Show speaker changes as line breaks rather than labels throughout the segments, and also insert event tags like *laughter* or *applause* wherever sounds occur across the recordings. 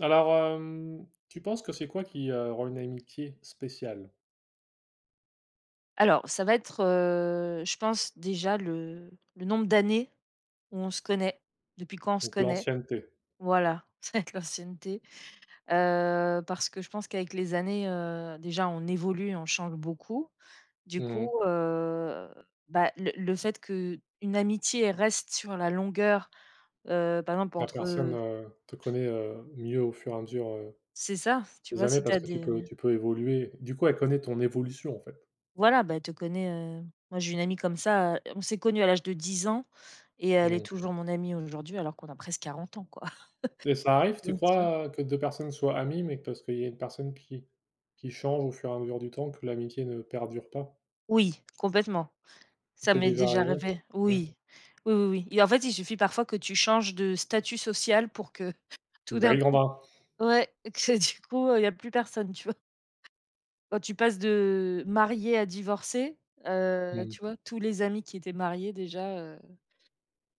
Alors, tu penses que c'est quoi qui, rend une amitié spéciale?
Alors, ça va être, je pense déjà le nombre d'années où on se connaît, depuis quand on se
Donc
connaît.
l'ancienneté.
Voilà, *laughs* ça va être l'ancienneté. Parce que je pense qu'avec les années, déjà on évolue, on change beaucoup. Du coup,
Mmh.
bah, le fait que une amitié elle reste sur la longueur, par exemple
La personne,
entre
te connaît, mieux au fur et à mesure,
c'est ça, tu
des
vois?
années
Si tu
parce
as
que tu
des
peux tu peux évoluer. Du coup, elle connaît ton évolution, en fait.
Voilà, bah, elle te connaît, moi j'ai une amie comme ça, on s'est connus à l'âge de 10 ans et elle est
Mmh.
toujours mon amie aujourd'hui alors qu'on a presque 40 ans, quoi. *laughs*
Et ça arrive, tu
Donc tu vois?
crois, que 2 personnes soient amies, mais que parce qu'il y a une personne qui change au fur et à mesure du temps, que l'amitié ne perdure pas?
Oui, complètement.
Ça
Ça
t'est
m'est
déjà
déjà
arrivé?
arrivé.
Ouais.
Oui. Oui, oui, oui, et en fait, il suffit parfois que tu changes de statut social pour que *laughs* tout d'un coup,
Brigandin.
ouais, que *laughs* du coup, il y a plus personne, tu vois? Quand tu passes de marié à divorcé,
Mmh.
tu vois, tous les amis qui étaient mariés déjà,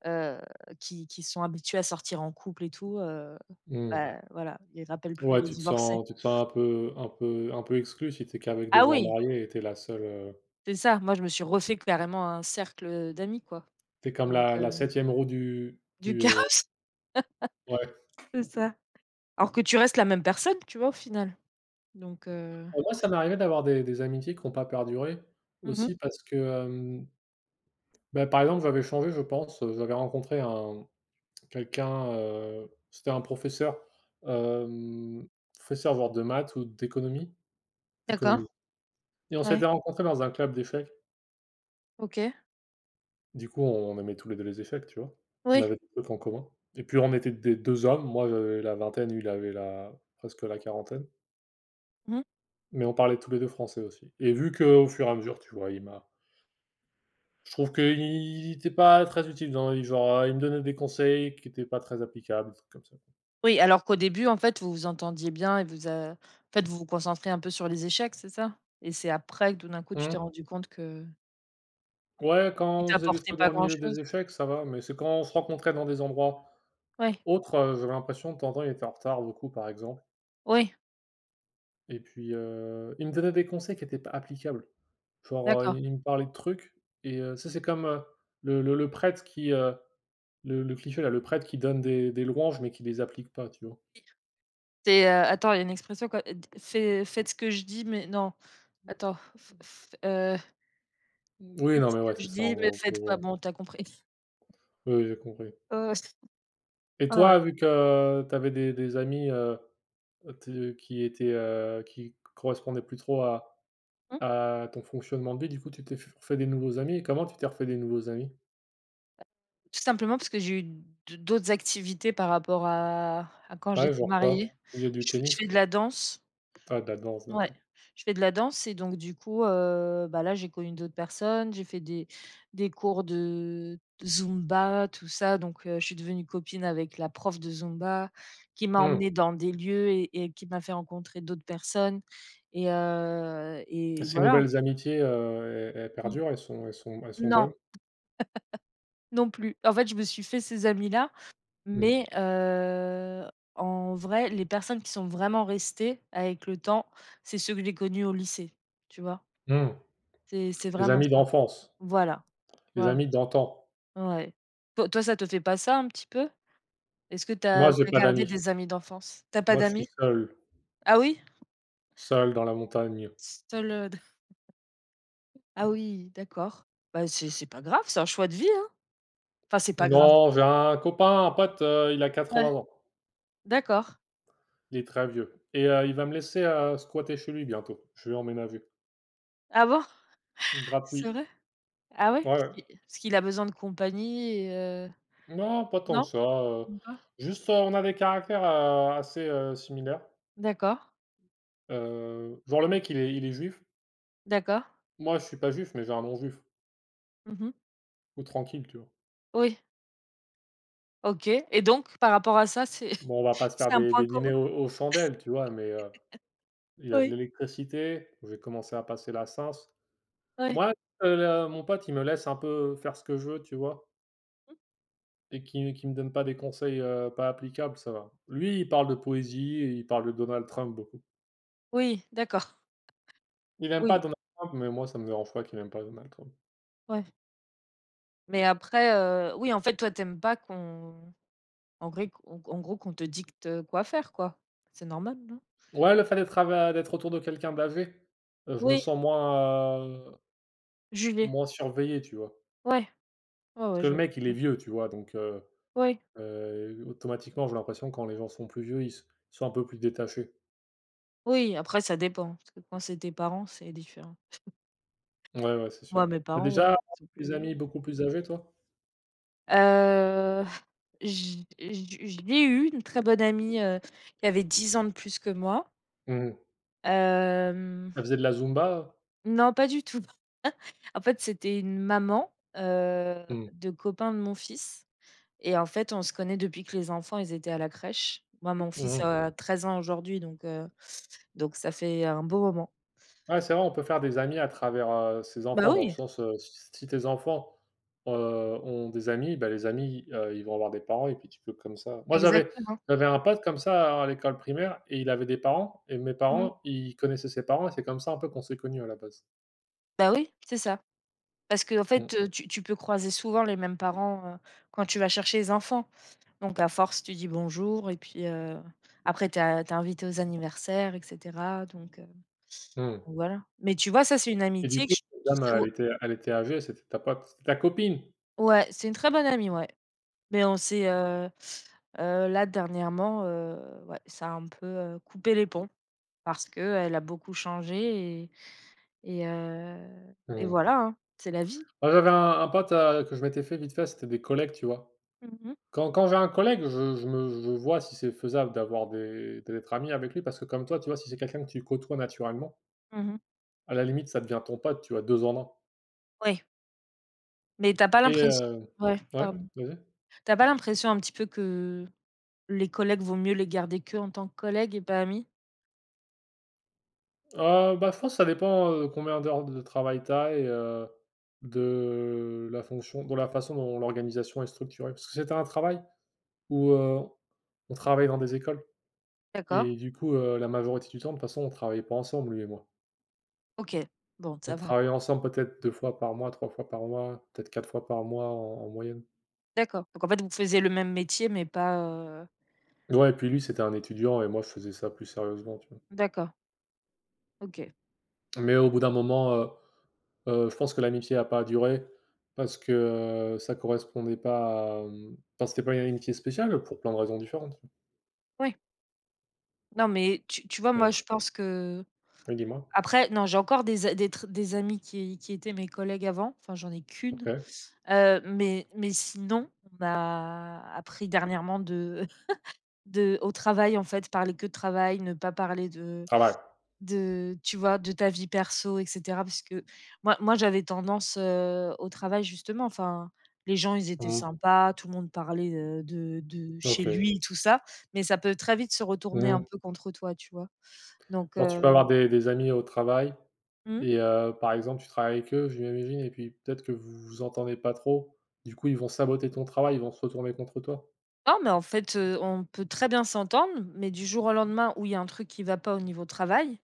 heu, qui sont habitués à sortir en couple et tout,
Mmh.
bah, voilà, ils rappellent plus
Ouais,
les
tu te
divorcés.
sens tu te sens un peu un peu exclu si t'es qu'avec des
Ah
gens
oui,
mariés et tu la seule,
c'est ça, moi je me suis refait carrément un cercle d'amis quoi,
tu comme
donc
la la 7e roue du
du
du, heu
chaos, *laughs*
ouais.
c'est ça. Alors que tu restes la même personne, tu vois, au final, donc
Bah, moi, ça m'est arrivé d'avoir des amitiés qui ont pas perduré
mmh,
aussi parce que, bah, par exemple, j'avais changé, je pense, j'avais rencontré un quelqu'un, c'était un professeur, hem, professeur genre de maths ou d'économie d'économie
d'accord,
et on
ouais,
s'était rencontrés dans un club d'échecs.
OK,
Du coup, on aimait tous les 2 les échecs, tu vois? On
oui,
avait des trucs en commun et puis on était des 2 hommes, moi j'avais la vingtaine, lui il avait la presque la quarantaine,
mmh.
mais on parlait tous les 2 français aussi et vu qu'au fur et à mesure, tu vois, il m'a je trouve qu'il n'était pas très utile dans la vie, genre, il me donnait des conseils qui n'étaient pas très applicables, des trucs comme ça.
Oui, alors qu'au début, en fait, vous vous entendiez bien et vous a en fait, vous vous concentrez un peu sur les échecs, c'est ça? Et c'est après que tout d'un coup, tu t'es
Mmh.
rendu compte que
Ouais, quand
qu'ils
on faisait des
t'apportaient
trucs
pas
dans le
grand
milieu
chose?
des échecs, ça va, mais c'est quand on se rencontrait dans des endroits
Ouais,
autres, j'avais l'impression de temps en temps, il était en retard beaucoup, par exemple.
oui,
Et puis, il me donnait des conseils qui étaient pas applicables. Genre,
d'accord.
il me parlait de trucs et tu c'est comme, le prêtre qui, le cliché là, le prêtre qui donne des louanges mais qui les applique pas, tu vois?
C'est, attends, il y a une expression quoi, d fais faites ce que je dis, mais non, attends, f f
Mmh. Oui,
faites
non,
ce
mais ouais,
que
c'est
je
ça
dis,
en
mais
gros, je
faites pas.
vois.
Bon, t'as as compris.
Oui, oui, j'ai compris.
Heu,
Et
ouais, ouais.
toi, vu que tu avais des amis, te qui étaient, qui correspondaient plus trop à
Mmh.
ton fonctionnement de vie, du coup, tu t'es f refait des nouveaux amis et comment tu t'es refait des nouveaux amis?
Tout simplement parce que j'ai eu d'autres activités par rapport à quand
Ouais,
j'étais
genre quoi?
mariée.
Tu faisais du
Je fais de
tennis?
la danse.
Ah, de la danse,
Ouais,
d'accord.
je fais de la danse et donc du coup, bah, là, j'ai connu d'autres personnes, j'ai fait des cours de Zumba, tout ça, donc je suis devenue copine avec la prof de Zumba qui m'a
Mmh.
emmenée dans des lieux et qui m'a fait rencontrer d'autres personnes et
Ces
voilà.
nouvelles amitiés, elles
Mmh.
perdurent, elles sont
Non,
bonnes?
non plus. En fait, je me suis fait ces amis-là,
Mmh.
mais en vrai, les personnes qui sont vraiment restées avec le temps, c'est ceux que j'ai connus au lycée, tu vois?
Mmh.
C'est
Les
vraiment
amis
ça.
d'enfance,
Voilà,
les
voilà,
amis d'antan.
ouais. Toi, ça te fait pas ça un petit peu? Est-ce que tu as
Moi, j'ai pas
gardé
d'amis.
des amis d'enfance? T'as pas
Moi, je
d'amis?
suis seul,
Ah oui?
seul dans la montagne.
Seul, d ah oui, d'accord. Bah, c'est pas grave, c'est un choix de vie, hein? Enfin, c'est pas grave.
Non, j'ai un copain, un pote, il a
Ouais,
80 ans.
d'accord.
Il est très vieux et il va me laisser, squatter chez lui bientôt. Je vais emménager.
Ah bon?
Gratuit.
C'est vrai? Ah ouais?
Ouais,
Parce
ouais.
qu'il parce qu'il a besoin de compagnie et heu
Non, pas tant que
non,
ça,
même pas?
juste, on a des caractères, assez, similaires.
D'accord,
Genre le mec, il est juif.
d'accord.
Moi, je suis pas juif, mais j'ai un nom juif
Mmh.
ou tranquille, tu vois?
Oui, OK, et donc par rapport à ça, c'est
Bon, on va
*laughs*
pas se
c'est
faire
un
des
point
des
commun?
dîners aux chandelles, tu vois? Mais, il y a de
Oui,
l'électricité, je vais commencer à passer la Cins.
oui.
Moi, le mon pote, il me laisse un peu faire ce que je veux, tu vois? Et qui me donne pas des conseils, pas applicables, ça va. Lui, il parle de poésie et il parle de Donald Trump beaucoup.
Oui, d'accord.
Il aime pas
Oui,
Donald Trump, mais moi, ça me dérange pas qu'il aime pas Donald Trump.
ouais. Mais après, oui, en fait, toi, t'aimes pas qu'on en vrai, qu'on en gros, qu'on te dicte quoi faire, quoi. C'est normal, non?
Ouais, le fait d'être autour de quelqu'un d'âgé, je me
Oui,
sens moins,
Julie.
moins surveillé, tu vois?
Ouais, ouais,
Parce
ouais,
que le
je
mec, il est
comprends.
vieux, tu vois? Donc, heu
Oui,
Heu, automatiquement, j'ai l'impression que quand les gens sont plus vieux, ils s sont un peu plus détachés.
oui, après ça dépend, parce que quand c'est tes parents, c'est différent.
Ouais, ouais, c'est
Moi,
sûr.
mes
Tu
parents, ouais, ils
déjà
sont plus
des
vieux.
amis beaucoup plus âgés, toi?
Heu, j j j'ai eu une très bonne amie, qui avait 10 ans de plus que moi.
Mmh mh.
Hem,
Elles de la Zumba?
non, pas du tout. *laughs* En fait, c'était une maman,
Mmh.
de copain de mon fils. Et en fait, on se connaît depuis que les enfants, ils étaient à la crèche. Moi, mon fils
Mmh.
a 13 ans aujourd'hui, donc ça fait un beau moment.
Ouais, c'est vrai, on peut faire des amis à travers, ses
Bah
enfants dans le
oui,
sens, s si tes enfants, heu, ont des amis, bah, les amis, ils vont avoir des parents et puis tu peux comme ça moi, j'avais
exactement.
j'avais un pote comme ça à l'école primaire et il avait des parents et mes
Mmh.
parents, ils connaissaient ses parents et c'est comme ça un peu qu'on s'est connus à la base.
Bah oui, c'est ça. Parce qu'en fait,
Mmh.
tu peux croiser souvent les mêmes parents, quand tu vas chercher les enfants. Donc à force, tu dis bonjour et puis, après tu es invité aux anniversaires et cetera, donc heu,
Mmh.
donc voilà. Mais tu vois, ça, c'est une
Et du
amitié que
coup, cette
je
dame,
sais ou
elle était âgée, c'était ta pote? C'était ta copine?
ouais, c'est une très bonne amie, ouais. Mais on s'est, là dernièrement, ouais, ça a un peu, coupé les ponts parce qu'elle a beaucoup changé et
Mmh.
voilà, hein, c'est la vie.
Moi, j'avais un pote, que je m'étais fait vite fait, c'était des collègues, tu vois?
Mmh mh.
Quand j'ai un collègue, je vois si c'est faisable d'être ami avec lui parce que comme toi, tu vois, si c'est quelqu'un que tu côtoies naturellement,
Mmh.
à la limite, ça devient ton pote, tu vois, deux en un.
Ouais, mais t'as pas
et
l'impression
heu
ouais,
ouais,
pardon.
vas-y?
T'as pas l'impression un petit peu que les collègues vaut mieux les garder que en tant que collègues et pas amis?
Bah, je pense ça dépend, combien d'heures de travail tu as et de la façon dont l'organisation est structurée. Parce que c'était un travail où, on travaillait dans des écoles.
D'accord,
Et du coup, la majorité du temps, de toute façon, on travaillait pas ensemble, lui et moi.
OK, bon, ça
On
va.
travaillait ensemble peut-être 2 fois par mois, 3 fois par mois, peut-être 4 fois par mois en moyenne.
D'accord, donc en fait, vous faisiez le même métier mais pas,
Ouais, puis lui, c'était un étudiant et moi, je faisais ça plus sérieusement, tu vois?
d'accord, OK.
Mais au bout d'un moment, je pense que l'amitié a pas duré parce que, ça correspondait pas à, enfin, c'était pas une amitié spéciale pour plein de raisons différentes.
Oui, non, mais tu vois, moi,
Mmh.
je pense que.
Oui, dis-moi?
Après, non, j'ai encore des a des tr des amis qui étaient mes collègues avant, enfin, j'en ai qu'une,
OK.
mais sinon, on a appris dernièrement de *laughs* de au travail, en fait, parler que de travail, ne pas parler de
Travail.
de tu vois, de ta vie perso et cetera, parce que moi moi, j'avais tendance, au travail, justement, enfin, les gens, ils étaient
Mmh.
sympas, tout le monde parlait, de chez
OK.
lui, tout ça, mais ça peut très vite se retourner un
Mmh.
peu contre toi, tu vois? Donc
Genre, tu peux avoir des amis au travail.
mmh.
Et par exemple, tu travailles avec eux, je m'imagine, et puis peut-être que vous vous entendez pas trop. Du coup, ils vont saboter ton travail, ils vont se retourner contre toi?
Non, mais en fait, on peut très bien s'entendre, mais du jour au lendemain où il y a un truc qui va pas au niveau travail,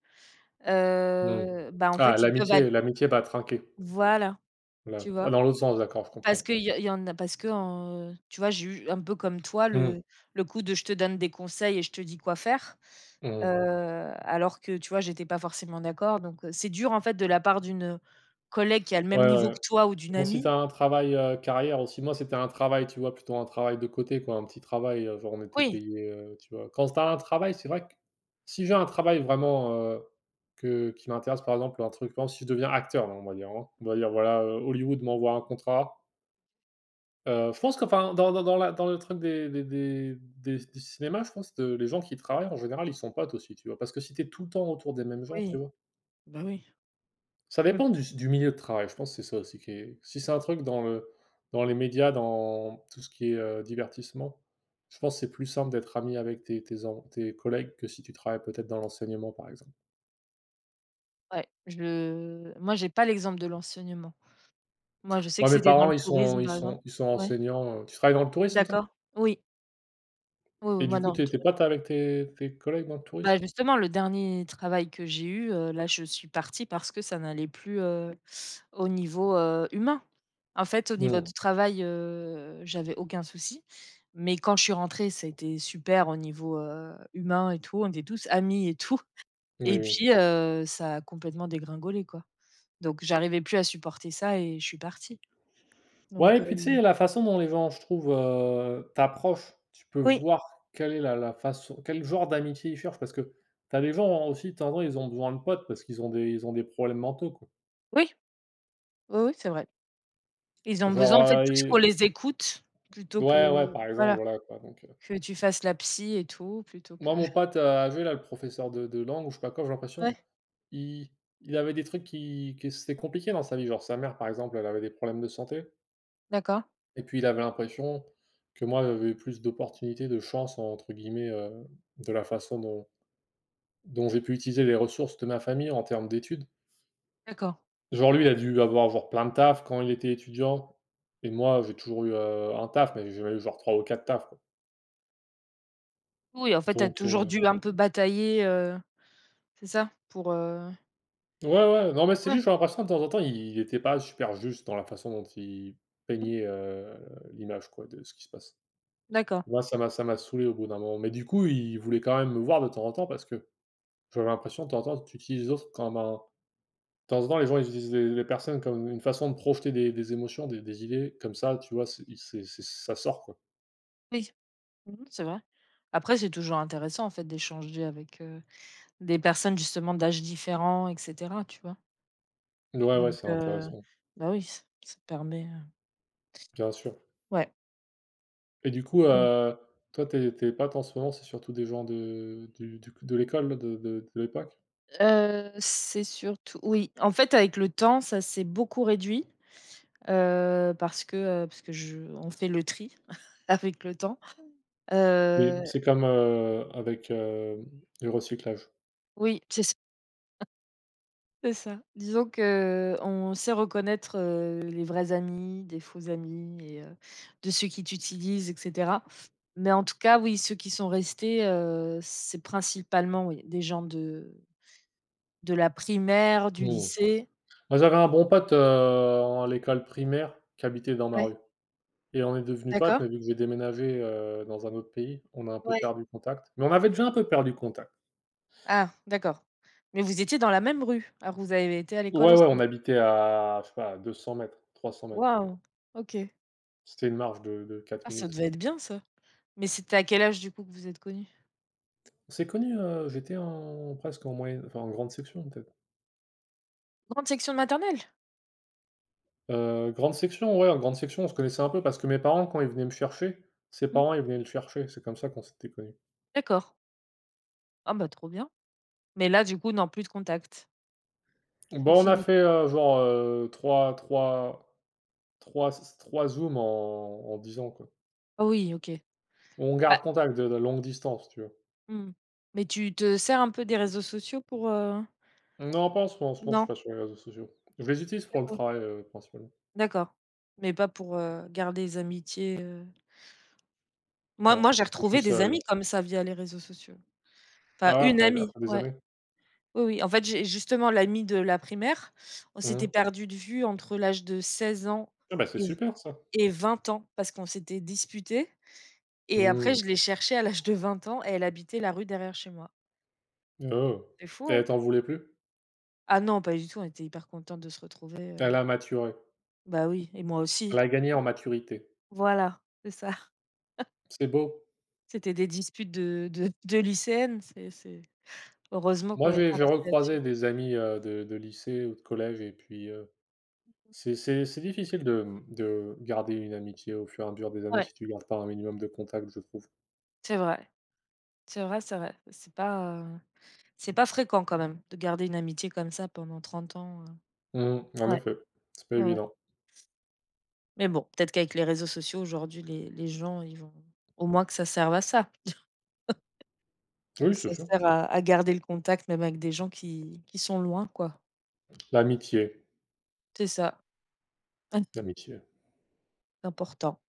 Mmh.
bah, en
Ah,
fait, ils peuvent
l'amitié
aller
l'amitié va trinquer,
voilà, tu
là. Ah,
vois?
dans l'autre sens, d'accord, je
Parce
comprends.
que il y en a, parce que, tu vois, j'ai eu un peu comme toi
Mmh.
le coup de je te donne des conseils et je te dis quoi faire, heu,
Mmh.
alors que, tu vois, j'étais pas forcément d'accord, donc c'est dur, en fait, de la part d'une collègue qui a le même
Ouais,
niveau
ouais.
que toi ou d'une
Bon, si
amie.
t'as un travail, carrière aussi moi, c'était un travail, tu vois, plutôt un travail de côté, quoi, un petit travail, genre on était
Oui,
payé, tu vois? Quand t'as un travail, c'est vrai que si j'ai un travail vraiment, que qui m'intéresse, par exemple, un truc par exemple, si je deviens acteur, hein, on va dire, hein, on va dire, voilà, Hollywood m'envoie un contrat. Je pense qu'enfin, dans le truc des du cinéma, je pense que les gens qui travaillent, en général, ils sont potes aussi, tu vois? Parce que si tu es tout le temps autour des mêmes gens, tu
oui,
vois?
bah, oui,
Ça
mais
dépend du milieu de travail, je pense que c'est ça aussi qui est si c'est un truc dans les médias, dans tout ce qui est, divertissement, je pense que c'est plus simple d'être ami avec tes collègues que si tu travailles peut-être dans l'enseignement, par exemple.
ouais, je moi, j'ai pas l'exemple de l'enseignement. Moi, je sais que
Moi, mes
c'était dans
parents,
le
ils sont
tourisme,
ils
par exemple.
sont ils sont
Ouais,
enseignants, tu travailles dans le tourisme, toi?
d'accord. Oui. Oui, oui,
Et
moi,
du coup,
dans le
tu
tourisme.
pote avec tes collègues dans le
Bah,
tourisme?
justement, le dernier travail que j'ai eu, là, je suis partie parce que ça n'allait plus, au niveau, humain. En fait, au niveau
Hmm.
du travail, j'avais aucun souci, mais quand je suis rentrée, ça a été super au niveau, humain et tout. On était tous amis et tout
Oui,
et
oui.
puis, ça a complètement dégringolé, quoi. Donc j'arrivais plus à supporter ça et je suis partie.
Ouais,
Donc
et puis tu sais, la façon dont les gens, je trouve, t'approchent, tu peux
oui,
voir quelle est la façon quel genre d'amitié ils cherchent. Parce que t'as des gens aussi, de temps en temps, ils ont besoin de potes parce qu'ils ont des problèmes mentaux, quoi.
oui, oui, oui, c'est vrai. Ils ont besoin
Genre,
en fait plus qu'on
heu,
les écoute, plutôt
ils
que
ouais, ouais, par exemple,
voilà,
voilà, quoi, donc
que tu fasses la psy et tout, plutôt que
moi, mon pote, âgé, là, le professeur de langue ou je sais pas quoi, j'ai l'impression,
ouais,
il il avait des trucs qui c'était compliqué dans sa vie. Genre, sa mère, par exemple, elle avait des problèmes de santé
d'accord,
et puis il avait l'impression que moi, j'avais plus d'opportunités, de «chance» entre guillemets, de la façon dont j'ai pu utiliser les ressources de ma famille en termes d'études.
d'accord.
Genre lui, il a dû avoir genre plein de taf quand il était étudiant et moi, j'ai toujours eu, un taf, mais j'ai jamais eu genre 3 ou 4 tafs, quoi.
Oui, en fait, tu as
Donc
toujours dû un peu batailler, c'est ça? Pour,
ouais, ouais, non, mais c'est
ouais,
juste, j'ai l'impression que de temps en temps, il était pas super juste dans la façon dont il peignait, l'image, quoi, de ce qui se passe.
d'accord,
Moi, ça m'a saoulé au bout d'un moment, mais du coup, il voulait quand même me voir de temps en temps parce que j'avais l'impression de temps en temps, tu utilises les autres comme un. De temps en temps, les gens ils utilisent les personnes comme une façon de projeter des émotions, des idées comme ça, tu vois? C'est ça sort, quoi.
oui. Mmh mh, c'est vrai. Après, c'est toujours intéressant en fait d'échanger avec, des personnes justement d'âges différents et cetera, tu vois?
Ouais, ouais,
Donc
c'est intéressant,
bah oui, ç ça permet,
bien sûr
ouais.
et du coup,
Mmh.
toi tes tes potes en ce moment, c'est surtout des gens de du de l'école, de l'époque?
C'est surtout oui, en fait, avec le temps, ça s'est beaucoup réduit. Heu, parce que, parce que je on fait le tri *laughs* avec le temps.
Oui,
Heu,
c'est comme, avec, le recyclage.
oui, c'est ça. Disons qu'on sait reconnaître, les vrais amis, des faux amis et de ceux qui t'utilisent et cetera. Mais en tout cas, oui, ceux qui sont restés, c'est principalement, oui, des gens de la primaire, du
Mmh.
lycée.
Moi, j'avais un bon pote, en à l'école primaire qui habitait dans ma
Ouais,
rue et on est devenu potes,
d'accord.
mais vu que j'ai déménagé, dans un autre pays, on a un peu
Ouais.
perdu contact, mais on avait déjà un peu perdu contact.
Ah, d'accord. Mais vous étiez dans la même rue? Alors vous avez été à l'école
Ouais, ouais, on
ensemble?
habitait à, je sais pas, à 200 m, 300 mètres.
Waouh! OK.
C'était une marche de
Ah,
4
ça
minutes.
devait être bien ça. Mais c'était à quel âge du coup que vous êtes connus?
C'est connu, j'étais en presque en moyenne enfin en grande section peut-être.
Grande section de maternelle?
Grande section, ouais, en grande section, on se connaissait un peu parce que mes parents, quand ils venaient me chercher, ses
Mmh,
parents, ils venaient le chercher. C'est comme ça qu'on s'était connus.
d'accord. Ah bah, trop bien. Mais là du coup, non, plus de contact. C'est
Bon, on a
fini.
fait, genre, trois trois trois s zooms en 10 ans, quoi.
Ah oui, OK.
On
Bah
garde contact de longue distance, tu vois?
mmh. Mais tu te sers un peu des réseaux sociaux pour?
Non, pas en ce moment. En ce moment, je suis
Non?
pas sur les réseaux sociaux. Je les utilise pour le
D'accord,
travail, principalement.
d'accord. Mais pas pour, garder les amitiés? Moi
Non,
moi, j'ai
je suis
retrouvé des amis
seul.
comme ça via les réseaux sociaux. Enfin,
Ah ouais,
une
après
amie,
après des
ouais.
années.
Oui, oui. En fait, j'ai justement l'amie de la primaire, on s'était
Mmh.
perdus de vue entre l'âge de 16 ans
Ah bah, c'est
et v
super ça.
et 20 ans parce qu'on s'était disputés. Et après,
Mmh.
je l'ai cherchée à l'âge de 20 ans et elle habitait la rue derrière chez moi.
Oh.
C'est fou,
Et
hein?
elle t'en voulait plus?
Ah non, pas du tout, on était hyper contentes de se retrouver.
Elle a maturé.
Bah oui et moi aussi.
Elle a gagné en maturité.
Voilà, c'est ça. *laughs*
C'est beau.
C'était des disputes de lycéennes, c'est heureusement qu'on
Moi,
n'est
j'ai
pas
j'ai
resté là-dessus.
recroisé des amis, de lycée ou de collège et puis, c'est difficile de de garder une amitié au fur et à mesure des années
Ouais,
si tu gardes pas un minimum de contact, je trouve.
c'est vrai, c'est vrai, c'est vrai. C'est pas fréquent quand même de garder une amitié comme ça pendant 30 ans.
Mmh, en
Ouais,
effet, c'est pas
ouais, ouais.
évident.
Mais bon, peut-être qu'avec les réseaux sociaux aujourd'hui, les gens, ils vont, au moins que ça serve à ça.
Oui, c'est
Ça
sûr.
sert à garder le contact même avec des gens qui sont loin quoi.
L'amitié,
C'est ça, *laughs*
l'amitié.
c'est important.